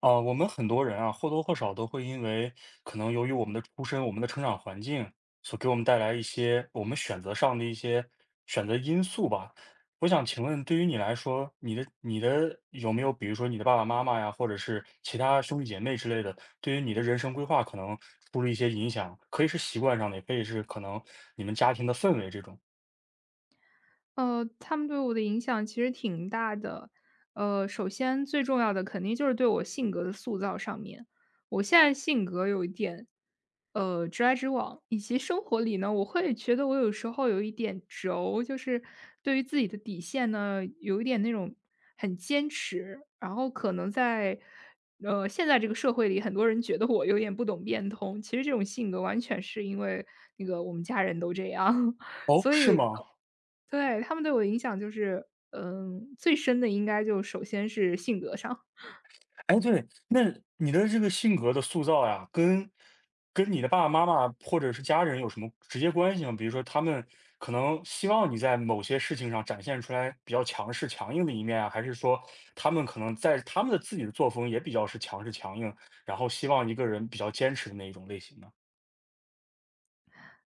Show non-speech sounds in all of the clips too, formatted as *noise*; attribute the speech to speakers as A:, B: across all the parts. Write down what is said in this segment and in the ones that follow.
A: 啊，我们很多人啊，或多或少都会因为可能由于我们的出身、我们的成长环境所给我们带来一些我们选择上的一些选择因素吧。我想请问，对于你来说，你的有没有，比如说你的爸爸妈妈呀，或者是其他兄弟姐妹之类的，对于你的人生规划可能出了一些影响，可以是习惯上的，也可以是可能你们家庭的氛围这种。
B: 他们对我的影响其实挺大的。首先最重要的肯定就是对我性格的塑造上面，我现在性格有一点，直来直往，以及生活里呢，我会觉得我有时候有一点轴，就是对于自己的底线呢，有一点那种很坚持，然后可能在。现在这个社会里，很多人觉得我有点不懂变通。其实这种性格完全是因为我们家人都这样，*laughs*
A: 哦，
B: 所
A: 是
B: 以
A: 吗？
B: 对，他们对我的影响就是，最深的应该就首先是性格上。
A: 哎，对，那你的这个性格的塑造呀，跟你的爸爸妈妈或者是家人有什么直接关系吗？比如说，他们可能希望你在某些事情上展现出来比较强势、强硬的一面啊，还是说他们可能在他们的自己的作风也比较是强势、强硬，然后希望一个人比较坚持的那一种类型呢？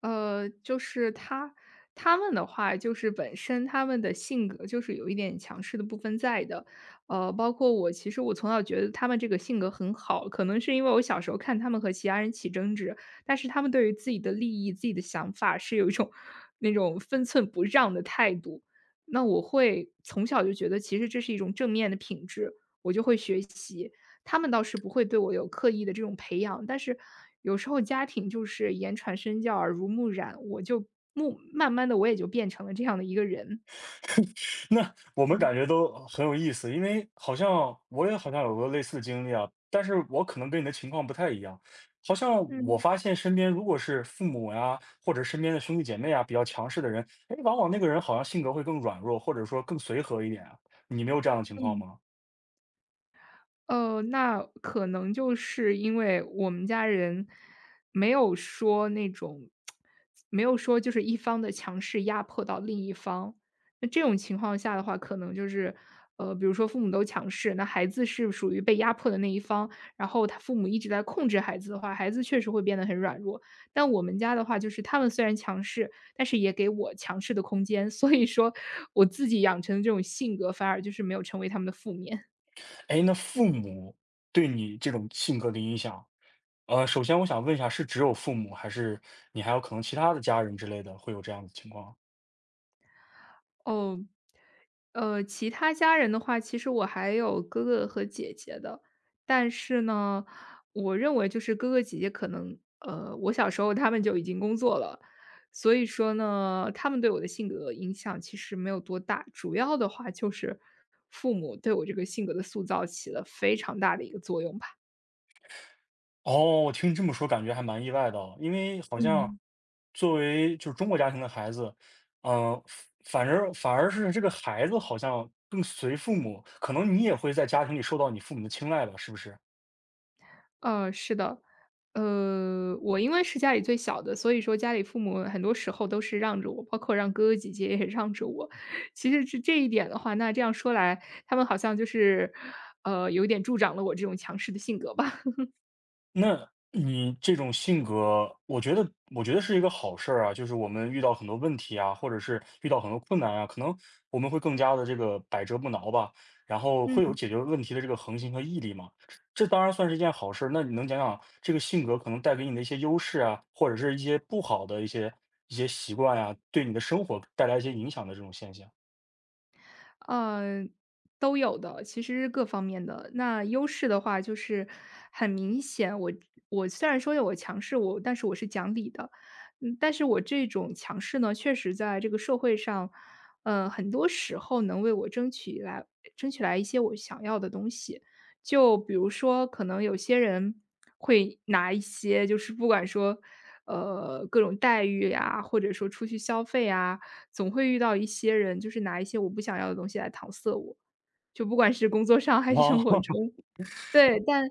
B: 就是他们的话，就是本身他们的性格就是有一点强势的部分在的。包括我，其实我从小觉得他们这个性格很好，可能是因为我小时候看他们和其他人起争执，但是他们对于自己的利益、自己的想法是有一种那种分寸不让的态度。那我会从小就觉得，其实这是一种正面的品质，我就会学习。他们倒是不会对我有刻意的这种培养，但是有时候家庭就是言传身教，耳濡目染，我就慢慢的我也就变成了这样的一个人。
A: 那我们
B: 嗯，
A: 感觉都很有意思，因为好像我也好像有过类似的经历啊，但是我可能跟你的情况不太一样。好像我
B: 嗯。
A: 发现身边如果是父母呀，或者身边的兄弟姐妹啊，比较强势的人，哎，往往那个人好像性格会更软弱，或者说更随和一点啊。你没有这样的情况
B: 嗯。
A: 吗？
B: 那可能就是因为我们家人没有说那种没有说就是一方的强势压迫到另一方。那这种情况下的话，可能就是，比如说父母都强势，那孩子是属于被压迫的那一方，然后他父母一直在控制孩子的话，孩子确实会变得很软弱。但我们家的话，就是他们虽然强势，但是也给我强势的空间，所以说我自己养成的这种性格，反而就是没有成为他们的负面。
A: 哎，那父母对你这种性格的影响，首先我想问一下，是只有父母，还是你还有可能其他的家人之类的会有这样的情况？
B: 哦，其他家人的话，其实我还有哥哥和姐姐的，但是呢，我认为就是哥哥姐姐可能，我小时候他们就已经工作了，所以说呢，他们对我的性格影响其实没有多大，主要的话就是父母对我这个性格的塑造起了非常大的一个作用吧。
A: 哦，我听你这么说，感觉还蛮意外的哦，因为好像
B: 嗯。
A: 作为就是中国家庭的孩子，呃，反而是这个孩子好像更随父母，可能你也会在家庭里受到你父母的青睐吧，是不是？
B: 是的。我因为是家里最小的，所以说家里父母很多时候都是让着我，包括让哥哥姐姐也让着我。其实这一点的话，那这样说来，他们好像就是，有一点助长了我这种强势的性格吧。
A: 那你这种性格，我觉得是一个好事儿啊。就是我们遇到很多问题啊，或者是遇到很多困难啊，可能我们会更加的这个百折不挠吧，然
B: *laughs*
A: 后会有
B: 嗯。
A: 解决问题的这个恒心和毅力嘛。这当然算是一件好事儿。那你能讲讲这个性格可能带给你的一些优势啊，或者是一些不好的一些习惯呀、对你的生活带来一些影响的这种现象？
B: 嗯，都有的，其实是各方面的。那优势的话就是很明显，我虽然说有我强势，但是我是讲理的，但是我这种强势呢，确实在这个社会上，很多时候能为我争取来一些我想要的东西。就比如说，可能有些人会拿一些，就是不管说，各种待遇呀，或者说出去消费啊，总会遇到一些人，就是拿一些我不想要的东西来搪塞我，就不管是工作上还是
A: 哦，
B: 生活
A: *laughs*
B: 中。对，但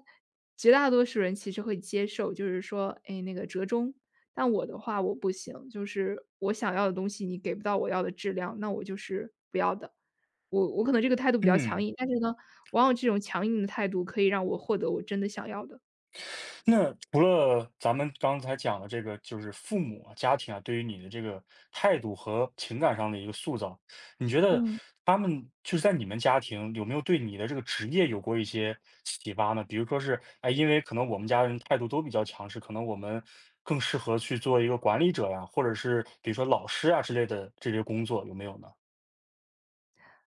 B: 绝大多数人其实会接受，就是说，哎，那个折中。但我的话我不行，就是我想要的东西你给不到我要的质量，那我就是不要的。我可能这个态度比较强
A: 嗯。
B: 硬，但是呢，往往这种强硬的态度可以让我获得我真的想要的。
A: 那除了咱们刚才讲的这个，就是父母啊、家庭啊，对于你的这个态度和情感上的一个塑造，你觉得
B: 嗯。
A: 他们就是在你们家庭有没有对你的这个职业有过一些启发呢？比如说是，哎，因为可能我们家人态度都比较强势，可能我们更适合去做一个管理者呀，或者是比如说老师啊之类的这些工作，有没有呢？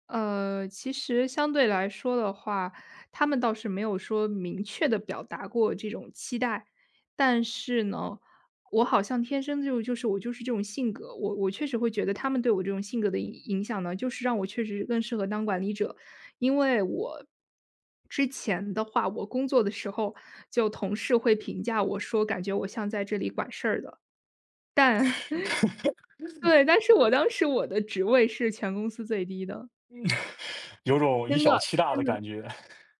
B: 其实相对来说的话，他们倒是没有说明确的表达过这种期待。但是呢，我好像天生就是我就是这种性格，我确实会觉得他们对我这种性格的影响呢，就是让我确实更适合当管理者。因为我之前的话，我工作的时候，就同事会评价我说感觉我像在这里管事儿的。但 *laughs* 对，但是我当时我的职位是全公司最低的，
A: *laughs* 有种以
B: 真的
A: 小欺大
B: 真
A: 的
B: 的。
A: 感觉。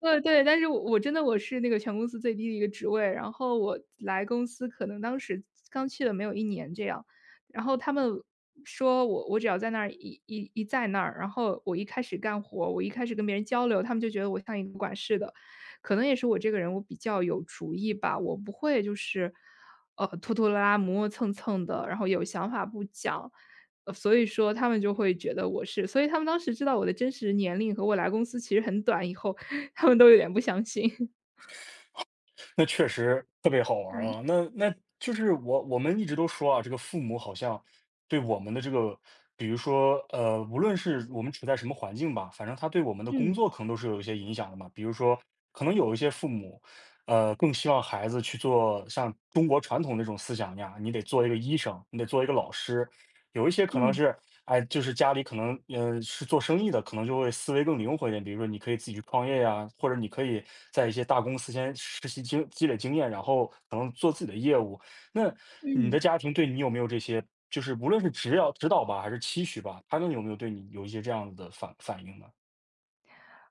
B: 对对，但是我真的我是那个全公司最低的一个职位，然后我来公司可能当时刚去了没有一年这样，然后他们说我只要在那儿一一一在那儿，然后我一开始干活，我一开始跟别人交流，他们就觉得我像一个管事的。可能也是我这个人我比较有主意吧，我不会就是，拖拖拉拉、磨磨蹭蹭的，然后有想法不讲，所以说他们就会觉得我是所以他们当时知道我的真实年龄和我来公司其实很短以后，他们都有点不相信。
A: 那确实特别好玩儿
B: 嗯。
A: 啊。那就是我们一直都说啊，这个父母好像对我们的这个，比如说无论是我们处在什么环境吧，反正他对我们的
B: 嗯，
A: 工作可能都是有一些影响的嘛。比如说，可能有一些父母，更希望孩子去做像中国传统那种思想呀，你得做一个医生，你得做一个老师，有一些可能
B: 嗯，
A: 是，哎，就是家里可能，是做生意的，可能就会思维更灵活一点。比如说，你可以自己去创业呀，或者你可以在一些大公司先实习积累经验，然后可能做自己的业务。那你
B: 嗯，
A: 的家庭对你有没有这些，就是无论是指导吧，还是期许吧，他们有没有对你有一些这样子的反应呢？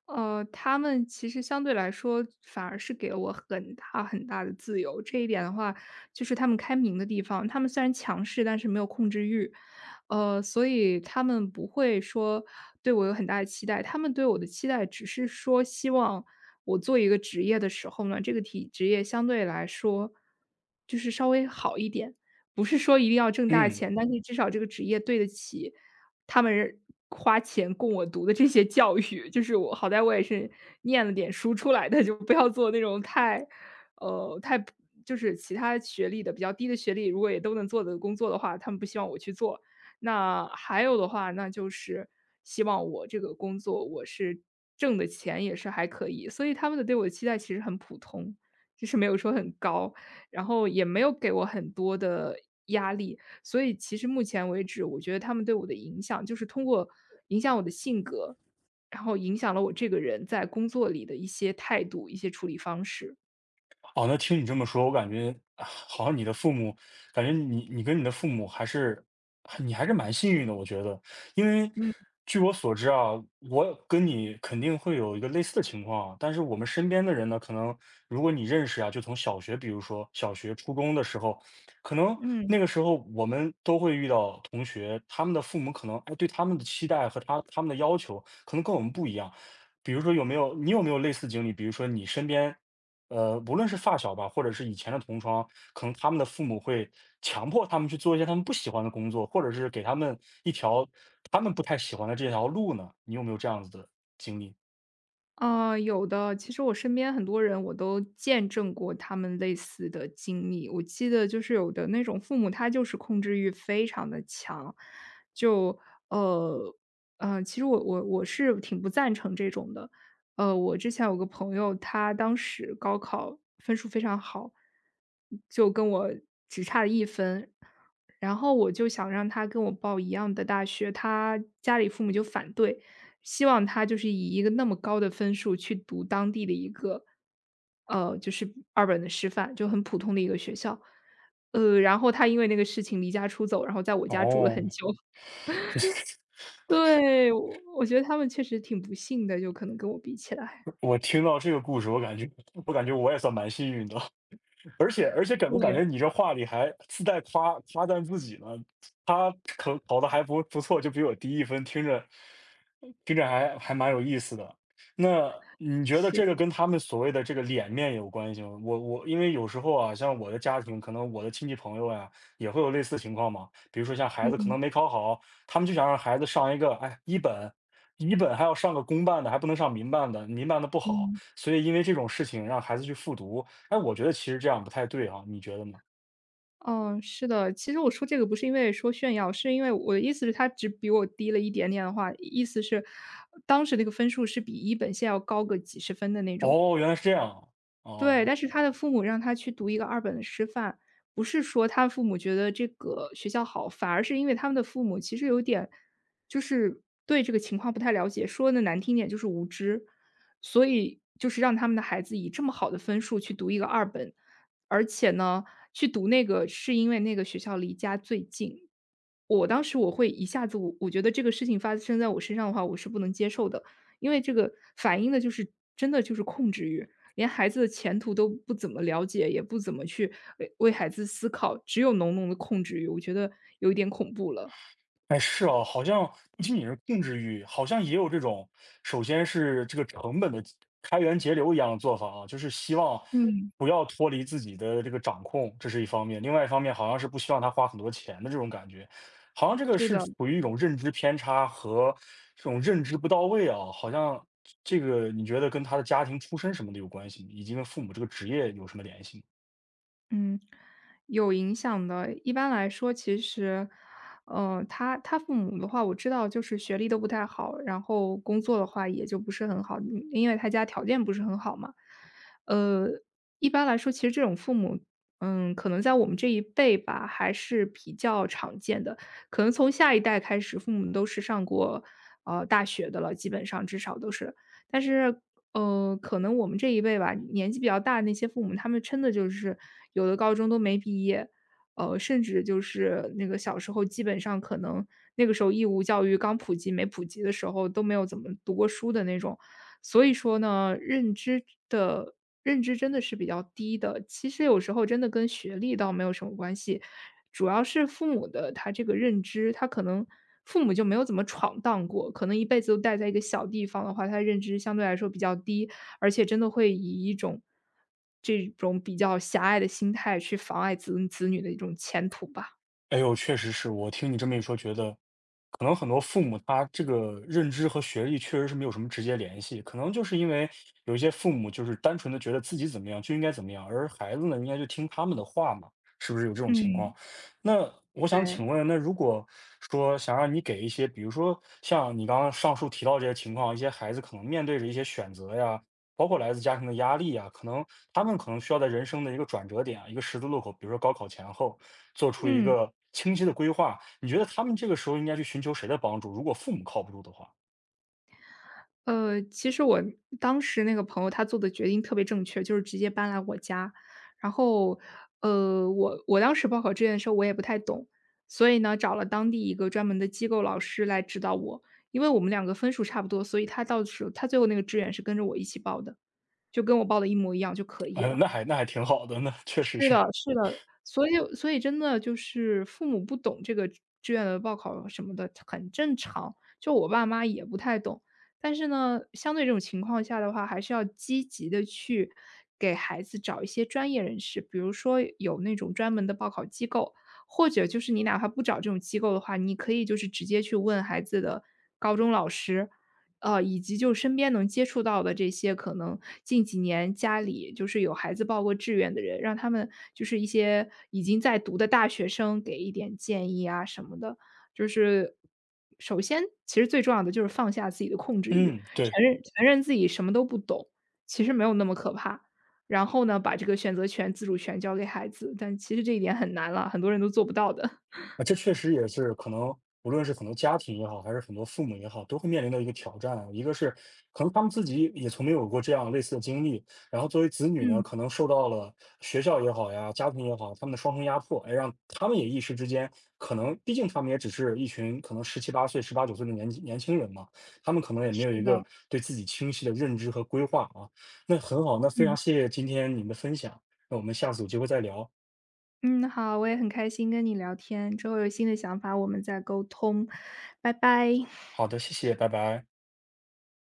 B: 他们其实相对来说反而是给了我很大很大的自由，这一点的话，就是他们开明的地方。他们虽然强势，但是没有控制欲，所以他们不会说对我有很大的期待，他们对我的期待只是说希望我做一个职业的时候呢，这个职业相对来说就是稍微好一点，不是说一定要挣大
A: 嗯。
B: 钱，但是至少这个职业对得起他们花钱供我读的这些教育，就是我好歹我也是念了点书出来的，就不要做那种太，呃，太就是其他学历的比较低的学历，如果也都能做的工作的话，他们不希望我去做。那还有的话，那就是希望我这个工作我是挣的钱也是还可以，所以他们的对我的期待其实很普通，就是没有说很高，然后也没有给我很多的压力。所以其实目前为止，我觉得他们对我的影响，就是通过影响我的性格，然后影响了我这个人在工作里的一些态度、一些处理方式。
A: 哦，那听你这么说，我感觉啊好像你的父母，感觉你跟你的父母还是你还是蛮幸运的，我觉得，因为
B: 嗯。
A: 据我所知啊，我跟你肯定会有一个类似的情况啊，但是我们身边的人呢，可能如果你认识啊，就从小学，比如说小学、初中的时候，可能
B: 嗯。
A: 那个时候我们都会遇到同学，他们的父母可能哎对他们的期待和他们的要求，可能跟我们不一样。比如说你有没有类似经历？比如说你身边无论是发小吧，或者是以前的同窗，可能他们的父母会强迫他们去做一些他们不喜欢的工作，或者是给他们一条他们不太喜欢的这条路呢？你有没有这样子的经历？
B: 有的。其实我身边很多人，我都见证过他们类似的经历。我记得就是有的那种父母，他就是控制欲非常的强，就呃，其实我是挺不赞成这种的。我之前有个朋友，他当时高考分数非常好，就跟我只差了一分，然后我就想让他跟我报一样的大学，他家里父母就反对。希望他就是以一个那么高的分数去读当地的一个，就是二本的师范，就很普通的一个学校。然后他因为那个事情离家出走，然后在我家住了很
A: 哦，
B: 久。*laughs*
A: *laughs*
B: 对，我觉得他们确实挺不幸的，就可能跟我比起来。
A: 我听到这个故事，我感觉我也算蛮幸运的。*laughs* 而且感不感
B: 对，
A: 觉你这话里还自带赞自己呢？他可考的还不错，就比我低一分，听着听着还蛮有意思的。那你觉得这
B: 是，
A: 个跟他们所谓的这个脸面有关系吗？我因为有时候啊，像我的家庭，可能我的亲戚朋友呀，也会有类似情况嘛。比如说像孩子可
B: 嗯
A: 能没考好，他们就想让孩子上一个哎一本，一本还要上个公办的，还不能上民办的，民办的不好，
B: 嗯。
A: 所以因为这种事情让孩子去复读，哎，我觉得其实这样不太对啊，你觉得呢？
B: 嗯，是的，其实我说这个不是因为说炫耀，是因为我的意思是他只比我低了一点点的话，意思是当时那个分数是比1本线要高个几十分的那种。
A: 哦，原来是这样啊，
B: 对，
A: 哦，
B: 但是他的父母让他去读一个二本的师范，不是说他父母觉得这个学校好，反而是因为他们的父母其实有点就是对这个情况不太了解，说的难听点就是无知，所以就是让他们的孩子以这么好的分数去读一个二本，而且呢，去读那个是因为那个学校离家最近，我当时我会一下子我觉得这个事情发生在我身上的话，我是不能接受的。因为这个反映的就是真的就是控制欲，连孩子的前途都不怎么了解，也不怎么去为孩子思考，只有浓浓的控制欲，我觉得有一点恐怖了。
A: 哎，是啊，好像不仅仅是控制欲，好像也有这种，首先是这个成本的开源节流一样的做法啊，就是希望
B: 嗯，
A: 不要脱离自己的这个掌控，这是一方面，另外一方面好像是不希望他花很多钱的这种感觉，好像这个
B: 是
A: 是
B: 的。
A: 处于一种认知偏差和这种认知不到位啊，好像这个你觉得跟他的家庭出身什么的有关系吗，以及跟父母这个职业有什么联系吗？
B: 嗯，有影响的。一般来说，其实，他父母的话，我知道就是学历都不太好，然后工作的话也就不是很好，嗯因为他家条件不是很好嘛。呃，一般来说，其实这种父母，嗯，可能在我们这一辈吧，还是比较常见的。可能从下一代开始，父母都是上过大学的了，基本上至少都是。但是可能我们这一辈吧，年纪比较大的那些父母，他们真的就是有的高中都没毕业，甚至就是那个小时候基本上可能那个时候义务教育刚普及没普及的时候都没有怎么读过书的那种，所以说呢，的认知真的是比较低的。其实有时候真的跟学历倒没有什么关系，主要是父母的他这个认知，他可能父母就没有怎么闯荡过，可能一辈子都待在一个小地方的话，他的认知相对来说比较低，而且真的会以一种这种比较狭隘的心态去妨碍子女的一种前途吧。
A: 哎呦，确实是，我听你这么一说，觉得可能很多父母他这个认知和学历确实是没有什么直接联系，可能就是因为有一些父母就是单纯的觉得自己怎么样就应该怎么样，而孩子呢应该就听他们的话嘛，是不是有这种情
B: 嗯，
A: 况？那我想
B: 对。
A: 请问，那如果说想让你给一些，比如说像你刚刚上述提到这些情况，一些孩子可能面对着一些选择呀，包括来自家庭的压力呀，可能他们可能需要在人生的一个转折点啊，一个十字路口，比如说高考前后。做出一
B: 嗯。
A: 个清晰的规划，你觉得他们这个时候应该去寻求谁的帮助？如果父母靠不住的话，
B: 其实我当时那个朋友他做的决定特别正确，就是直接搬来我家。然后，我当时报考志愿的时候我也不太懂，所以呢，找了当地一个专门的机构老师来指导我。因为我们两个分数差不多，所以他到时候他最后那个志愿是跟着我一起报的，就跟我报的一模一样就可以
A: 哎，
B: 了。
A: 那还挺好的，那确实
B: 是
A: 是，
B: 的是的，所以真的就是父母不懂这个志愿的报考什么的，很正常。就我爸妈也不太懂，但是呢，相对这种情况下的话，还是要积极的去给孩子找一些专业人士，比如说有那种专门的报考机构，或者就是你哪怕不找这种机构的话，你可以就是直接去问孩子的高中老师，以及就身边能接触到的这些可能近几年家里就是有孩子报过志愿的人，让他们就是一些已经在读的大学生给一点建议啊什么的。就是首先，其实最重要的就是放下自己的控制欲，
A: 嗯，对。
B: 承认自己什么都不懂，其实没有那么可怕。然后呢，把这个选择权、自主权交给孩子，但其实这一点很难了，很多人都做不到的。
A: 啊，这确实也是可能无论是很多家庭也好，还是很多父母也好，都会面临的一个挑战啊。一个是可能他们自己也从没有过这样类似的经历，然后作为子女呢，
B: 嗯，
A: 可能受到了学校也好呀、家庭也好，他们的双重压迫，哎，让他们也一时之间可能，毕竟他们也只是一群可能十七八岁、十八九岁的年纪年轻人嘛，他们可能也没
B: 是
A: 有一
B: 的，
A: 个对自己清晰的认知和规划啊。那很好，那非
B: 嗯。
A: 常谢谢今天你们的分享，那我们下次有机会再聊。
B: 嗯，好，我也很开心跟你聊天，之后有新的想法我们再沟通，拜拜。
A: 好的，谢谢，拜拜。